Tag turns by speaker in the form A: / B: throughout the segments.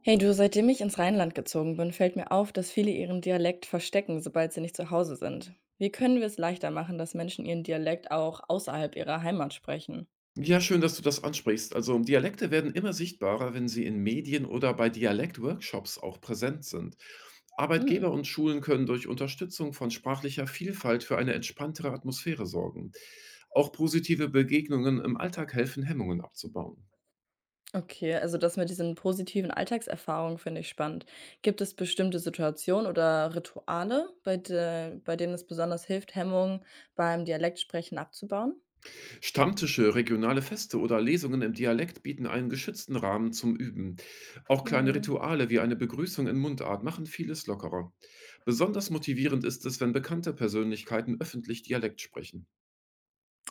A: Hey du, seitdem ich ins Rheinland gezogen bin, fällt mir auf, dass viele ihren Dialekt verstecken, sobald sie nicht zu Hause sind. Wie können wir es leichter machen, dass Menschen ihren Dialekt auch außerhalb ihrer Heimat sprechen?
B: Ja, schön, dass du das ansprichst. Also Dialekte werden immer sichtbarer, wenn sie in Medien oder bei Dialektworkshops auch präsent sind.
A: Hm,
B: Arbeitgeber und Schulen können durch Unterstützung von sprachlicher Vielfalt für eine entspanntere Atmosphäre sorgen. Auch positive Begegnungen im Alltag helfen, Hemmungen abzubauen.
A: okay, also das mit diesen positiven Alltagserfahrungen finde ich spannend. Gibt es bestimmte Situationen oder Rituale, bei denen es besonders hilft, Hemmungen beim Dialektsprechen abzubauen?
B: Stammtische, regionale Feste oder Lesungen im Dialekt bieten einen geschützten Rahmen zum Üben. Auch kleine
A: Hm.
B: Rituale wie eine Begrüßung in Mundart machen vieles lockerer. Besonders motivierend ist es, wenn bekannte Persönlichkeiten öffentlich Dialekt sprechen.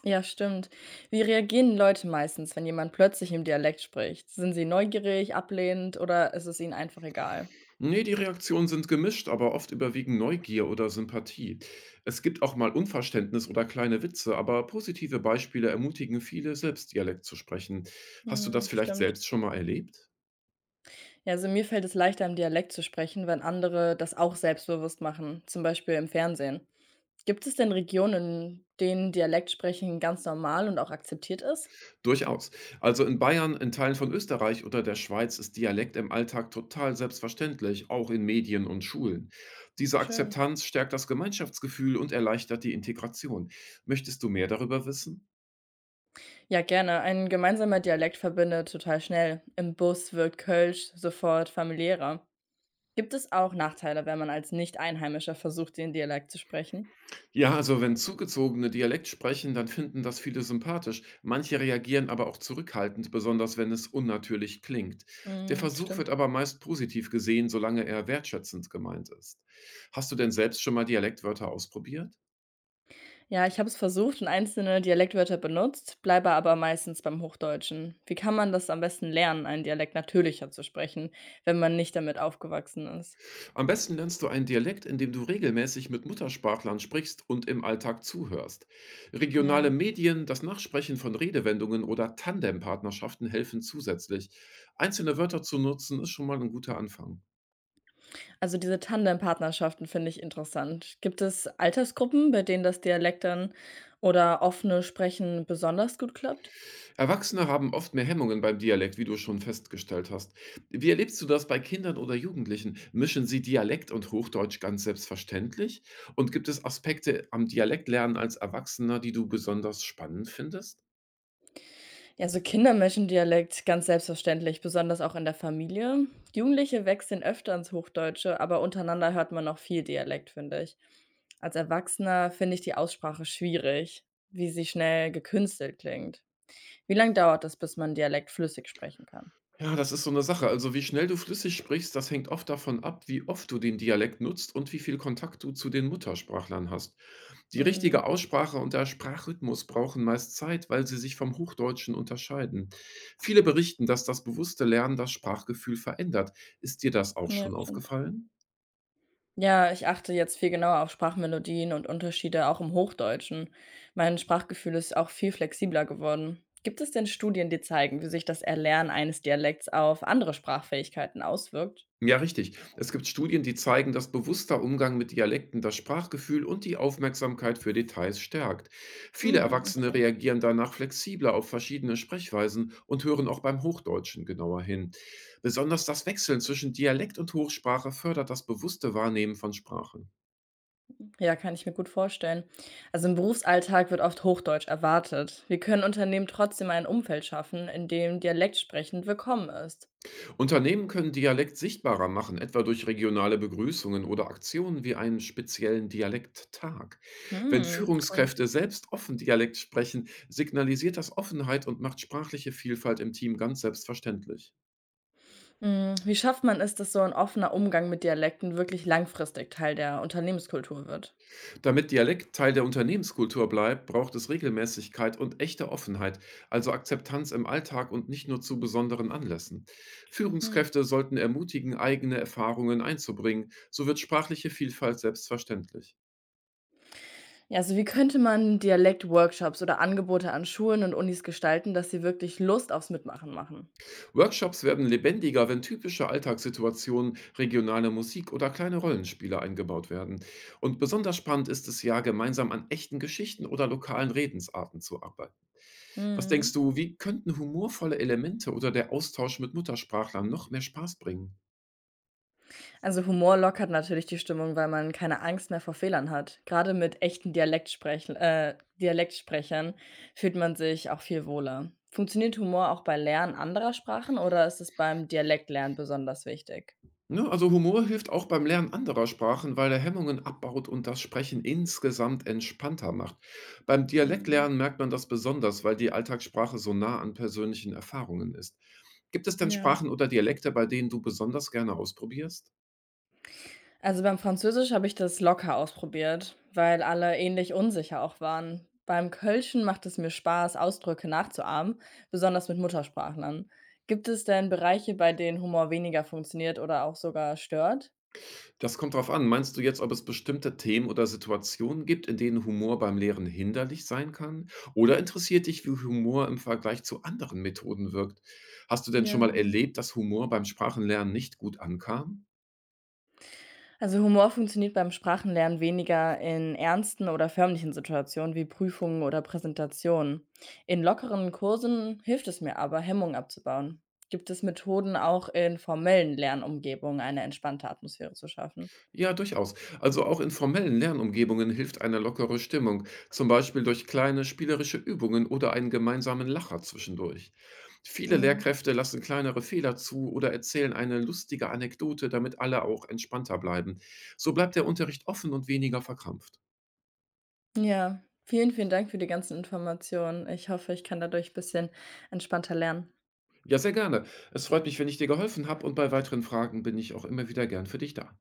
A: Ja, stimmt. Wie reagieren Leute meistens, wenn jemand plötzlich im Dialekt spricht? Sind sie neugierig, ablehnend oder ist es ihnen einfach egal?
B: Nee, die Reaktionen sind gemischt, aber oft überwiegen Neugier oder Sympathie. Es gibt auch mal Unverständnis oder kleine Witze, aber positive Beispiele ermutigen viele, selbst Dialekt zu sprechen. Hast du
A: Hm,
B: das vielleicht
A: stimmt.
B: selbst schon mal erlebt?
A: Ja, also mir fällt es leichter, im Dialekt zu sprechen, wenn andere das auch selbstbewusst machen, zum Beispiel im Fernsehen. Gibt es denn Regionen, in denen Dialektsprechen ganz normal und auch akzeptiert ist?
B: Durchaus. Also in Bayern, in Teilen von Österreich oder der Schweiz ist Dialekt im Alltag total selbstverständlich, auch in Medien und Schulen. Diese
A: Schön.
B: Akzeptanz stärkt das Gemeinschaftsgefühl und erleichtert die Integration. Möchtest du mehr darüber wissen?
A: Ja, gerne. Ein gemeinsamer Dialekt verbindet total schnell. Im Bus wirkt Kölsch sofort familiärer. Gibt es auch Nachteile, wenn man als Nicht-Einheimischer versucht, den Dialekt zu sprechen?
B: Ja, also wenn Zugezogene Dialekt sprechen, dann finden das viele sympathisch. Manche reagieren aber auch zurückhaltend, besonders wenn es unnatürlich klingt. Der
A: Hm,
B: Versuch
A: stimmt.
B: wird aber meist positiv gesehen, solange er wertschätzend gemeint ist. Hast du denn selbst schon mal Dialektwörter ausprobiert?
A: Ja, ich habe es versucht und einzelne Dialektwörter benutzt, bleibe aber meistens beim Hochdeutschen. Wie kann man das am besten lernen, einen Dialekt natürlicher zu sprechen, wenn man nicht damit aufgewachsen ist?
B: Am besten lernst du einen Dialekt, indem du regelmäßig mit Muttersprachlern sprichst und im Alltag zuhörst. Regionale
A: Ja.
B: Medien, das Nachsprechen von Redewendungen oder Tandempartnerschaften helfen zusätzlich. Einzelne Wörter zu nutzen ist schon mal ein guter Anfang.
A: Also diese Tandempartnerschaften finde ich interessant. Gibt es Altersgruppen, bei denen das Dialekt dann oder offene Sprechen besonders gut klappt?
B: Erwachsene haben oft mehr Hemmungen beim Dialekt, wie du schon festgestellt hast. Wie erlebst du das bei Kindern oder Jugendlichen? Mischen sie Dialekt und Hochdeutsch ganz selbstverständlich? Und gibt es Aspekte am Dialektlernen als Erwachsener, die du besonders spannend findest?
A: Ja, so Kindermenschendialekt, ganz selbstverständlich, besonders auch in der Familie. Jugendliche wechseln öfter ins Hochdeutsche, aber untereinander hört man noch viel Dialekt, finde ich. Als Erwachsener finde ich die Aussprache schwierig, wie sie schnell gekünstelt klingt. Wie lange dauert es, bis man Dialekt flüssig sprechen kann?
B: Ja, das ist so eine Sache. Also, wie schnell du flüssig sprichst, das hängt oft davon ab, wie oft du den Dialekt nutzt und wie viel Kontakt du zu den Muttersprachlern hast. Die richtige
A: Mhm.
B: Aussprache und der Sprachrhythmus brauchen meist Zeit, weil sie sich vom Hochdeutschen unterscheiden. Viele berichten, dass das bewusste Lernen das Sprachgefühl verändert. Ist dir das auch
A: Ja,
B: schon
A: stimmt.
B: aufgefallen?
A: Ja, ich achte jetzt viel genauer auf Sprachmelodien und Unterschiede auch im Hochdeutschen. Mein Sprachgefühl ist auch viel flexibler geworden. Gibt es denn Studien, die zeigen, wie sich das Erlernen eines Dialekts auf andere Sprachfähigkeiten auswirkt?
B: Ja, richtig. Es gibt Studien, die zeigen, dass bewusster Umgang mit Dialekten das Sprachgefühl und die Aufmerksamkeit für Details stärkt. Viele
A: Hm,
B: Erwachsene
A: okay.
B: reagieren danach flexibler auf verschiedene Sprechweisen und hören auch beim Hochdeutschen genauer hin. Besonders das Wechseln zwischen Dialekt und Hochsprache fördert das bewusste Wahrnehmen von Sprache.
A: Ja, kann ich mir gut vorstellen. Also im Berufsalltag wird oft Hochdeutsch erwartet. Wie können Unternehmen trotzdem ein Umfeld schaffen, in dem Dialektsprechend willkommen ist?
B: Unternehmen können Dialekt sichtbarer machen, etwa durch regionale Begrüßungen oder Aktionen wie einen speziellen Dialekttag. Wenn
A: Hm, cool.
B: Führungskräfte selbst offen Dialekt sprechen, signalisiert das Offenheit und macht sprachliche Vielfalt im Team ganz selbstverständlich.
A: Hm, wie schafft man es, dass so ein offener Umgang mit Dialekten wirklich langfristig Teil der Unternehmenskultur wird?
B: Damit Dialekt Teil der Unternehmenskultur bleibt, braucht es Regelmäßigkeit und echte Offenheit, also Akzeptanz im Alltag und nicht nur zu besonderen Anlässen.
A: Mhm.
B: Führungskräfte sollten ermutigen, eigene Erfahrungen einzubringen, so wird sprachliche Vielfalt selbstverständlich.
A: Ja, also wie könnte man Dialektworkshops oder Angebote an Schulen und Unis gestalten, dass sie wirklich Lust aufs Mitmachen machen?
B: Workshops werden lebendiger, wenn typische Alltagssituationen, regionale Musik oder kleine Rollenspiele eingebaut werden. Und besonders spannend ist es ja, gemeinsam an echten Geschichten oder lokalen Redensarten zu arbeiten. Was denkst
A: Mhm.
B: du, wie könnten humorvolle Elemente oder der Austausch mit Muttersprachlern noch mehr Spaß bringen?
A: Also Humor lockert natürlich die Stimmung, weil man keine Angst mehr vor Fehlern hat. Gerade mit echten Dialektsprechern fühlt man sich auch viel wohler. Funktioniert Humor auch bei Lernen anderer Sprachen oder ist es beim Dialektlernen besonders wichtig?
B: Ne, also Humor hilft auch beim Lernen anderer Sprachen, weil er Hemmungen abbaut und das Sprechen insgesamt entspannter macht. Beim
A: Mhm.
B: Dialektlernen merkt man das besonders, weil die Alltagssprache so nah an persönlichen Erfahrungen ist. Gibt es denn
A: Ja.
B: Sprachen oder Dialekte, bei denen du besonders gerne ausprobierst?
A: Also, beim Französisch habe ich das locker ausprobiert, weil alle ähnlich unsicher auch waren. Beim Kölschen macht es mir Spaß, Ausdrücke nachzuahmen, besonders mit Muttersprachlern. Gibt es denn Bereiche, bei denen Humor weniger funktioniert oder auch sogar stört?
B: Das kommt drauf an. Meinst du jetzt, ob es bestimmte Themen oder Situationen gibt, in denen Humor beim Lehren hinderlich sein kann? Oder interessiert dich, wie Humor im Vergleich zu anderen Methoden wirkt? Hast du denn schon
A: Ja.
B: mal
A: Mhm.
B: erlebt, dass Humor beim Sprachenlernen nicht gut ankam?
A: Also Humor funktioniert beim Sprachenlernen weniger in ernsten oder förmlichen Situationen wie Prüfungen oder Präsentationen. In lockeren Kursen hilft es mir aber, Hemmungen abzubauen. Gibt es Methoden, auch in formellen Lernumgebungen eine entspannte Atmosphäre zu schaffen?
B: Ja, durchaus. Also auch in formellen Lernumgebungen hilft eine lockere Stimmung, zum Beispiel durch kleine spielerische Übungen oder einen gemeinsamen Lacher zwischendurch. Viele
A: Mhm.
B: Lehrkräfte lassen kleinere Fehler zu oder erzählen eine lustige Anekdote, damit alle auch entspannter bleiben. So bleibt der Unterricht offen und weniger verkrampft.
A: Ja, vielen, vielen Dank für die ganzen Informationen. Ich hoffe, ich kann dadurch ein bisschen entspannter lernen.
B: Ja, sehr gerne. Es freut mich, wenn ich dir geholfen habe, und bei weiteren Fragen bin ich auch immer wieder gern für dich da.